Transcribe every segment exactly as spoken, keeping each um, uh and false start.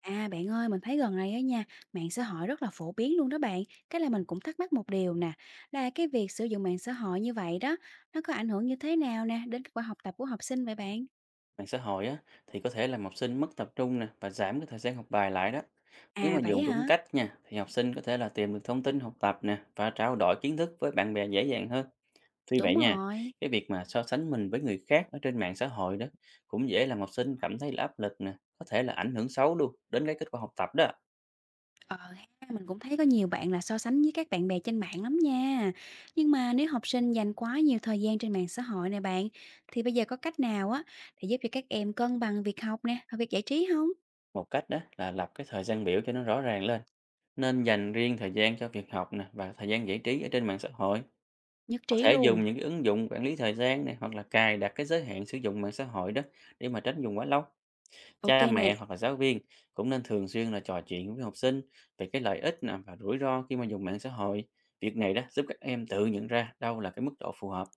À bạn ơi, mình thấy gần này á nha, mạng xã hội rất là phổ biến luôn đó bạn. Cái là mình cũng thắc mắc một điều nè, là cái việc sử dụng mạng xã hội như vậy đó, nó có ảnh hưởng như thế nào nè đến kết quả học tập của học sinh vậy bạn? Mạng xã hội á, thì có thể làm học sinh mất tập trung nè và giảm cái thời gian học bài lại đó. Nếu mà À vậy dùng đúng hả? cách nha, thì học sinh có thể là tìm được thông tin học tập nè và trao đổi kiến thức với bạn bè dễ dàng hơn. Tuy Đúng vậy nha, rồi. cái việc mà so sánh mình với người khác ở trên mạng xã hội đó cũng dễ làm học sinh cảm thấy là áp lực nè, có thể là ảnh hưởng xấu luôn đến cái kết quả học tập đó. Ờ ha, mình cũng thấy có nhiều bạn là so sánh với các bạn bè trên mạng lắm nha. Nhưng mà nếu học sinh dành quá nhiều thời gian trên mạng xã hội này bạn, thì bây giờ có cách nào á để giúp cho các em cân bằng việc học nè và việc giải trí không? Một cách đó là lập cái thời gian biểu cho nó rõ ràng lên, nên dành riêng thời gian cho việc học nè và thời gian giải trí ở trên mạng xã hội. Nhất Có trí thể luôn. dùng những cái ứng dụng quản lý thời gian này, hoặc là cài đặt cái giới hạn sử dụng mạng xã hội đó để mà tránh dùng quá lâu. Ok Cha nè. mẹ hoặc là giáo viên cũng nên thường xuyên là trò chuyện với học sinh về cái lợi ích nè và rủi ro khi mà dùng mạng xã hội. Việc này đó giúp các em tự nhận ra đâu là cái mức độ phù hợp.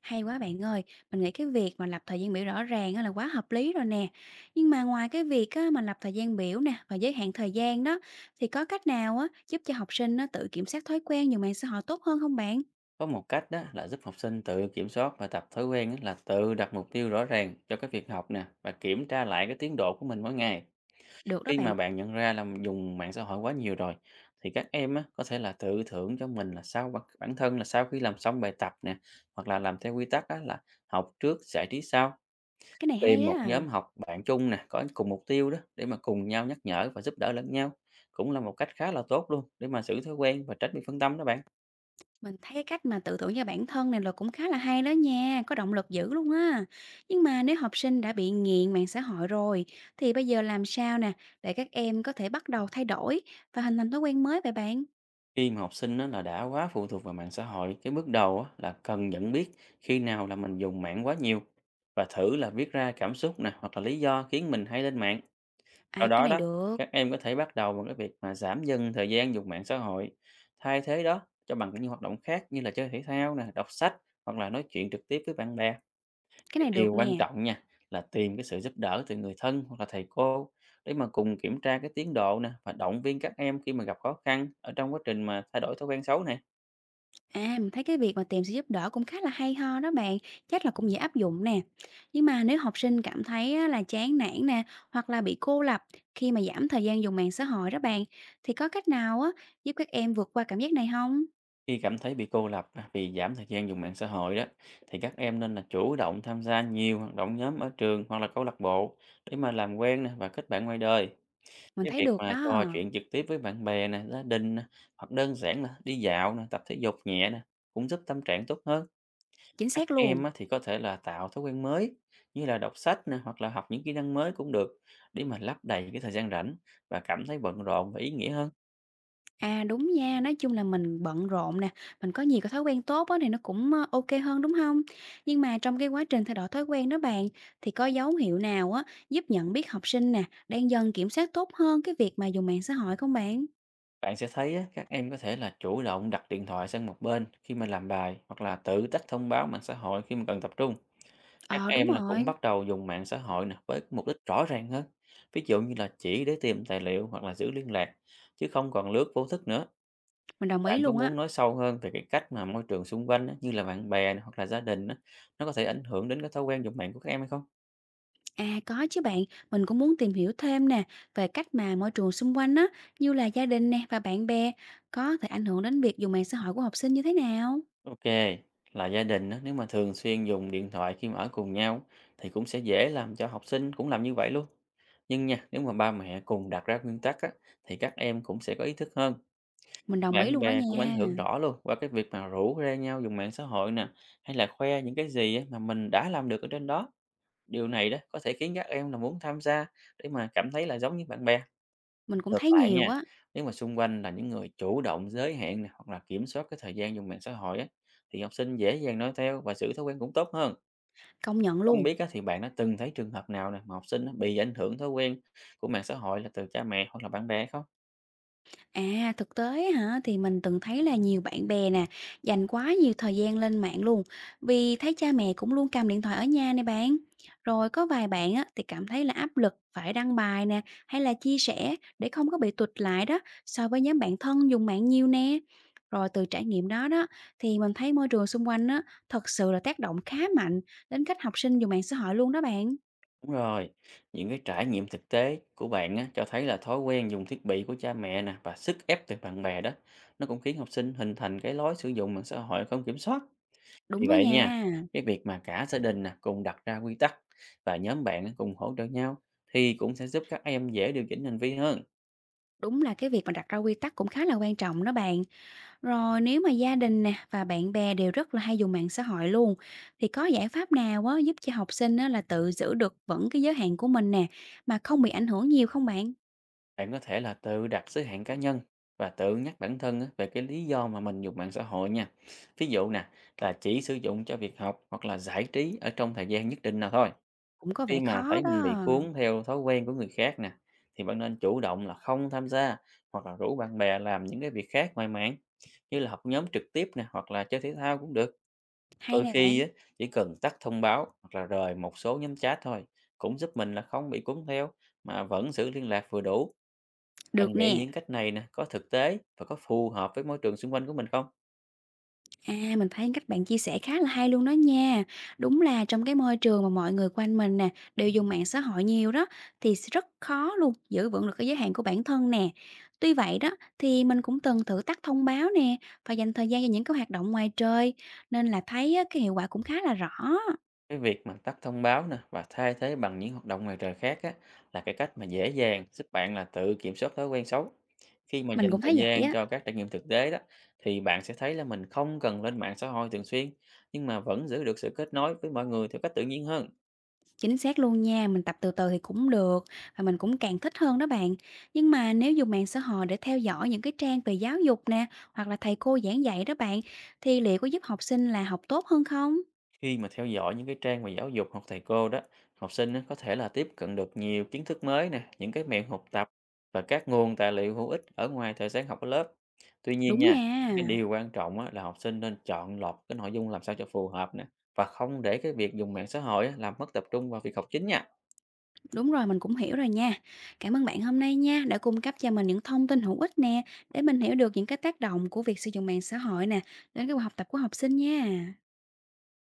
Hay quá bạn ơi, mình nghĩ cái việc mà lập thời gian biểu rõ ràng á là quá hợp lý rồi nè. Nhưng mà ngoài cái việc á mà lập thời gian biểu nè và giới hạn thời gian đó thì có cách nào á giúp cho học sinh nó tự kiểm soát thói quen dùng mạng xã hội tốt hơn không bạn? Có một cách đó là giúp học sinh tự kiểm soát và tập thói quen á, là tự đặt mục tiêu rõ ràng cho cái việc học nè và kiểm tra lại cái tiến độ của mình mỗi ngày. Được đó Khi mà bạn. bạn nhận ra là dùng mạng xã hội quá nhiều rồi, thì các em á, có thể là tự thưởng cho mình là sau bản bản thân, là sau khi làm xong bài tập nè, hoặc là làm theo quy tắc á, là học trước, giải trí sau. Cái này Tìm hay một á. nhóm học bạn chung nè, có cùng mục tiêu đó để mà cùng nhau nhắc nhở và giúp đỡ lẫn nhau. Cũng là một cách khá là tốt luôn để mà giữ thói quen và tránh bị phân tâm đó bạn. Mình thấy cái cách mà tự thưởng cho bản thân này là cũng khá là hay đó nha, có động lực dữ luôn á. Nhưng mà nếu học sinh đã bị nghiện mạng xã hội rồi thì bây giờ làm sao nè để các em có thể bắt đầu thay đổi và hình thành thói quen mới vậy bạn? Khi mà học sinh á, là đã quá phụ thuộc vào mạng xã hội, cái bước đầu á, là cần nhận biết khi nào là mình dùng mạng quá nhiều, và thử là viết ra cảm xúc nè, hoặc là lý do khiến mình hay lên mạng. Sau À cái đó này đó, được, các em có thể bắt đầu bằng cái việc mà giảm dần thời gian dùng mạng xã hội, thay thế đó cho bằng những hoạt động khác, như là chơi thể thao nè, đọc sách, hoặc là nói chuyện trực tiếp với bạn bè. cái Cái này điều được quan nè. trọng nha, là tìm cái sự giúp đỡ từ người thân hoặc là thầy cô để mà cùng kiểm tra cái tiến độ nè và động viên các em khi mà gặp khó khăn ở trong quá trình mà thay đổi thói quen xấu này. À, mình thấy cái việc mà tìm sự giúp đỡ cũng khá là hay ho đó bạn, chắc là cũng dễ áp dụng nè. Nhưng mà nếu học sinh cảm thấy á, là chán nản nè, hoặc là bị cô lập khi mà giảm thời gian dùng mạng xã hội đó bạn, thì có cách nào á giúp các em vượt qua cảm giác này không? Khi cảm thấy bị cô lập á, vì giảm thời gian dùng mạng xã hội đó, thì các em nên là chủ động tham gia nhiều hoạt động nhóm ở trường, hoặc là câu lạc bộ để mà làm quen nè và kết bạn ngoài đời. Mình Cái thấy việc được mà trò đó, chuyện trực tiếp với bạn bè nè, gia đình nè, hoặc đơn giản là đi dạo nè, tập thể dục nhẹ nè, cũng giúp tâm trạng tốt hơn. chính Các xác em luôn. á, thì có thể là tạo thói quen mới, như là đọc sách nè, hoặc là học những kỹ năng mới cũng được, để mà lấp đầy cái thời gian rảnh và cảm thấy bận rộn và ý nghĩa hơn. À, đúng nha, nói chung là mình bận rộn nè, mình có nhiều cái thói quen tốt á thì nó cũng, ơ, ô hơn, đúng không? Nhưng mà trong cái quá trình thay đổi thói quen đó bạn, thì có dấu hiệu nào á giúp nhận biết học sinh nè, đang dần kiểm soát tốt hơn cái việc mà dùng mạng xã hội không bạn? Bạn sẽ thấy á, các em có thể là chủ động đặt điện thoại sang một bên khi mà làm bài, hoặc là tự tắt thông báo mạng xã hội khi mà cần tập trung. Các Ờ, đúng em là cũng rồi, bắt đầu dùng mạng xã hội nè với mục đích rõ ràng hơn. Ví dụ như là chỉ để tìm tài liệu hoặc là giữ liên lạc, chứ không còn lướt vô thức nữa. mình đồng ý Bạn có luôn á. muốn nói sâu hơn về cái cách mà môi trường xung quanh á, như là bạn bè nè, hoặc là gia đình á, nó có thể ảnh hưởng đến cái thói quen dùng mạng của các em hay không? À, có chứ bạn, mình cũng muốn tìm hiểu thêm nè, về cách mà môi trường xung quanh á, như là gia đình nè và bạn bè, có thể ảnh hưởng đến việc dùng mạng xã hội của học sinh như thế nào? Ok, là gia đình á, nếu mà thường xuyên dùng điện thoại khi mà ở cùng nhau, thì cũng sẽ dễ làm cho học sinh cũng làm như vậy luôn. Nhưng nha, nếu mà ba mẹ cùng đặt ra nguyên tắc á, thì các em cũng sẽ có ý thức hơn. Mình đồng ý Bạn luôn đó bè cũng ảnh nha, hưởng rõ luôn qua cái việc mà rủ rê nhau dùng mạng xã hội nè, hay là khoe những cái gì á mà mình đã làm được ở trên đó. Điều này đó có thể khiến các em là muốn tham gia để mà cảm thấy là giống như bạn bè. mình cũng Ngược thấy lại nhiều nha, á, nếu mà xung quanh là những người chủ động giới hạn nè, hoặc là kiểm soát cái thời gian dùng mạng xã hội á, thì học sinh dễ dàng nói theo và giữ thói quen cũng tốt hơn. công nhận Không luôn. biết á, thì bạn đã từng thấy trường hợp nào nè mà học sinh á, bị ảnh hưởng thói quen của mạng xã hội là từ cha mẹ hoặc là bạn bè không? À, thực tế á hả, thì mình từng thấy là nhiều bạn bè nè, dành quá nhiều thời gian lên mạng luôn, vì thấy cha mẹ cũng luôn cầm điện thoại ở nhà nè bạn. Rồi có vài bạn á, thì cảm thấy là áp lực phải đăng bài nè, hay là chia sẻ để không có bị tụt lại đó, so với nhóm bạn thân dùng mạng nhiều nè. Rồi từ trải nghiệm đó đó, thì mình thấy môi trường xung quanh á, thật sự là tác động khá mạnh đến cách học sinh dùng mạng xã hội luôn đó bạn. Đúng rồi, những cái trải nghiệm thực tế của bạn á, cho thấy là thói quen dùng thiết bị của cha mẹ nè và sức ép từ bạn bè đó, nó cũng khiến học sinh hình thành cái lối sử dụng mạng xã hội không kiểm soát. Đúng Vì đó vậy nha, nha, cái việc mà cả gia đình nè cùng đặt ra quy tắc và nhóm bạn á, cùng hỗ trợ nhau, thì cũng sẽ giúp các em dễ điều chỉnh hành vi hơn. đúng là cái việc mà đặt ra quy tắc cũng khá là quan trọng đó bạn. Rồi nếu mà gia đình nè và bạn bè đều rất là hay dùng mạng xã hội luôn thì có giải pháp nào á giúp cho học sinh á là tự giữ được vững cái giới hạn của mình nè mà không bị ảnh hưởng nhiều không bạn? Bạn có thể là tự đặt giới hạn cá nhân và tự nhắc bản thân á, về cái lý do mà mình dùng mạng xã hội nha. Ví dụ nè, là chỉ sử dụng cho việc học hoặc là giải trí ở trong thời gian nhất định nào thôi. Cũng có Khi vẻ mà khó thấy mình bị đó. cuốn theo thói quen của người khác nè, thì bạn nên chủ động là không tham gia, hoặc là rủ bạn bè làm những cái việc khác ngoài mạng, như là học nhóm trực tiếp nè, hoặc là chơi thể thao cũng được. Hay Đôi nè khi bạn. á, chỉ cần tắt thông báo hoặc là rời một số nhóm chat thôi, cũng giúp mình là không bị cuốn theo mà vẫn giữ liên lạc vừa đủ. Bạn Được nghĩ nè. những cách này nè có thực tế và có phù hợp với môi trường xung quanh của mình không? À, mình thấy cách bạn chia sẻ khá là hay luôn đó nha. Đúng là trong cái môi trường mà mọi người quanh mình nè, đều dùng mạng xã hội nhiều đó, thì sẽ rất khó luôn giữ vững được cái giới hạn của bản thân nè. Tuy vậy đó, thì mình cũng từng thử tắt thông báo nè, và dành thời gian cho những cái hoạt động ngoài trời, nên là thấy á, cái hiệu quả cũng khá là rõ. Cái việc mà tắt thông báo nè và thay thế bằng những hoạt động ngoài trời khác á, là cái cách mà dễ dàng giúp bạn là tự kiểm soát thói quen xấu. Khi mà Mình dành cũng thời thấy vậy gian á. cho các trải nghiệm thực tế đó, thì bạn sẽ thấy là mình không cần lên mạng xã hội thường xuyên, nhưng mà vẫn giữ được sự kết nối với mọi người theo cách tự nhiên hơn. Chính xác luôn nha, mình tập từ từ thì cũng được và mình cũng càng thích hơn đó bạn. Nhưng mà nếu dùng mạng xã hội để theo dõi những cái trang về giáo dục nè, hoặc là thầy cô giảng dạy đó bạn, thì liệu có giúp học sinh là học tốt hơn không? Khi mà theo dõi những cái trang mà giáo dục hoặc thầy cô đó, học sinh á, có thể là tiếp cận được nhiều kiến thức mới nè, những cái mẹo học tập và các nguồn tài liệu hữu ích ở ngoài thời gian học ở lớp. Tuy nhiên Đúng nha, nha, cái điều quan trọng á, là học sinh nên chọn lọc cái nội dung làm sao cho phù hợp nè, và không để cái việc dùng mạng xã hội á, làm mất tập trung vào việc học chính nha. đúng rồi mình cũng hiểu rồi nha. Cảm ơn bạn hôm nay nha, đã cung cấp cho mình những thông tin hữu ích nè, để mình hiểu được những cái tác động của việc sử dụng mạng xã hội nè, đến cái học tập của học sinh nha.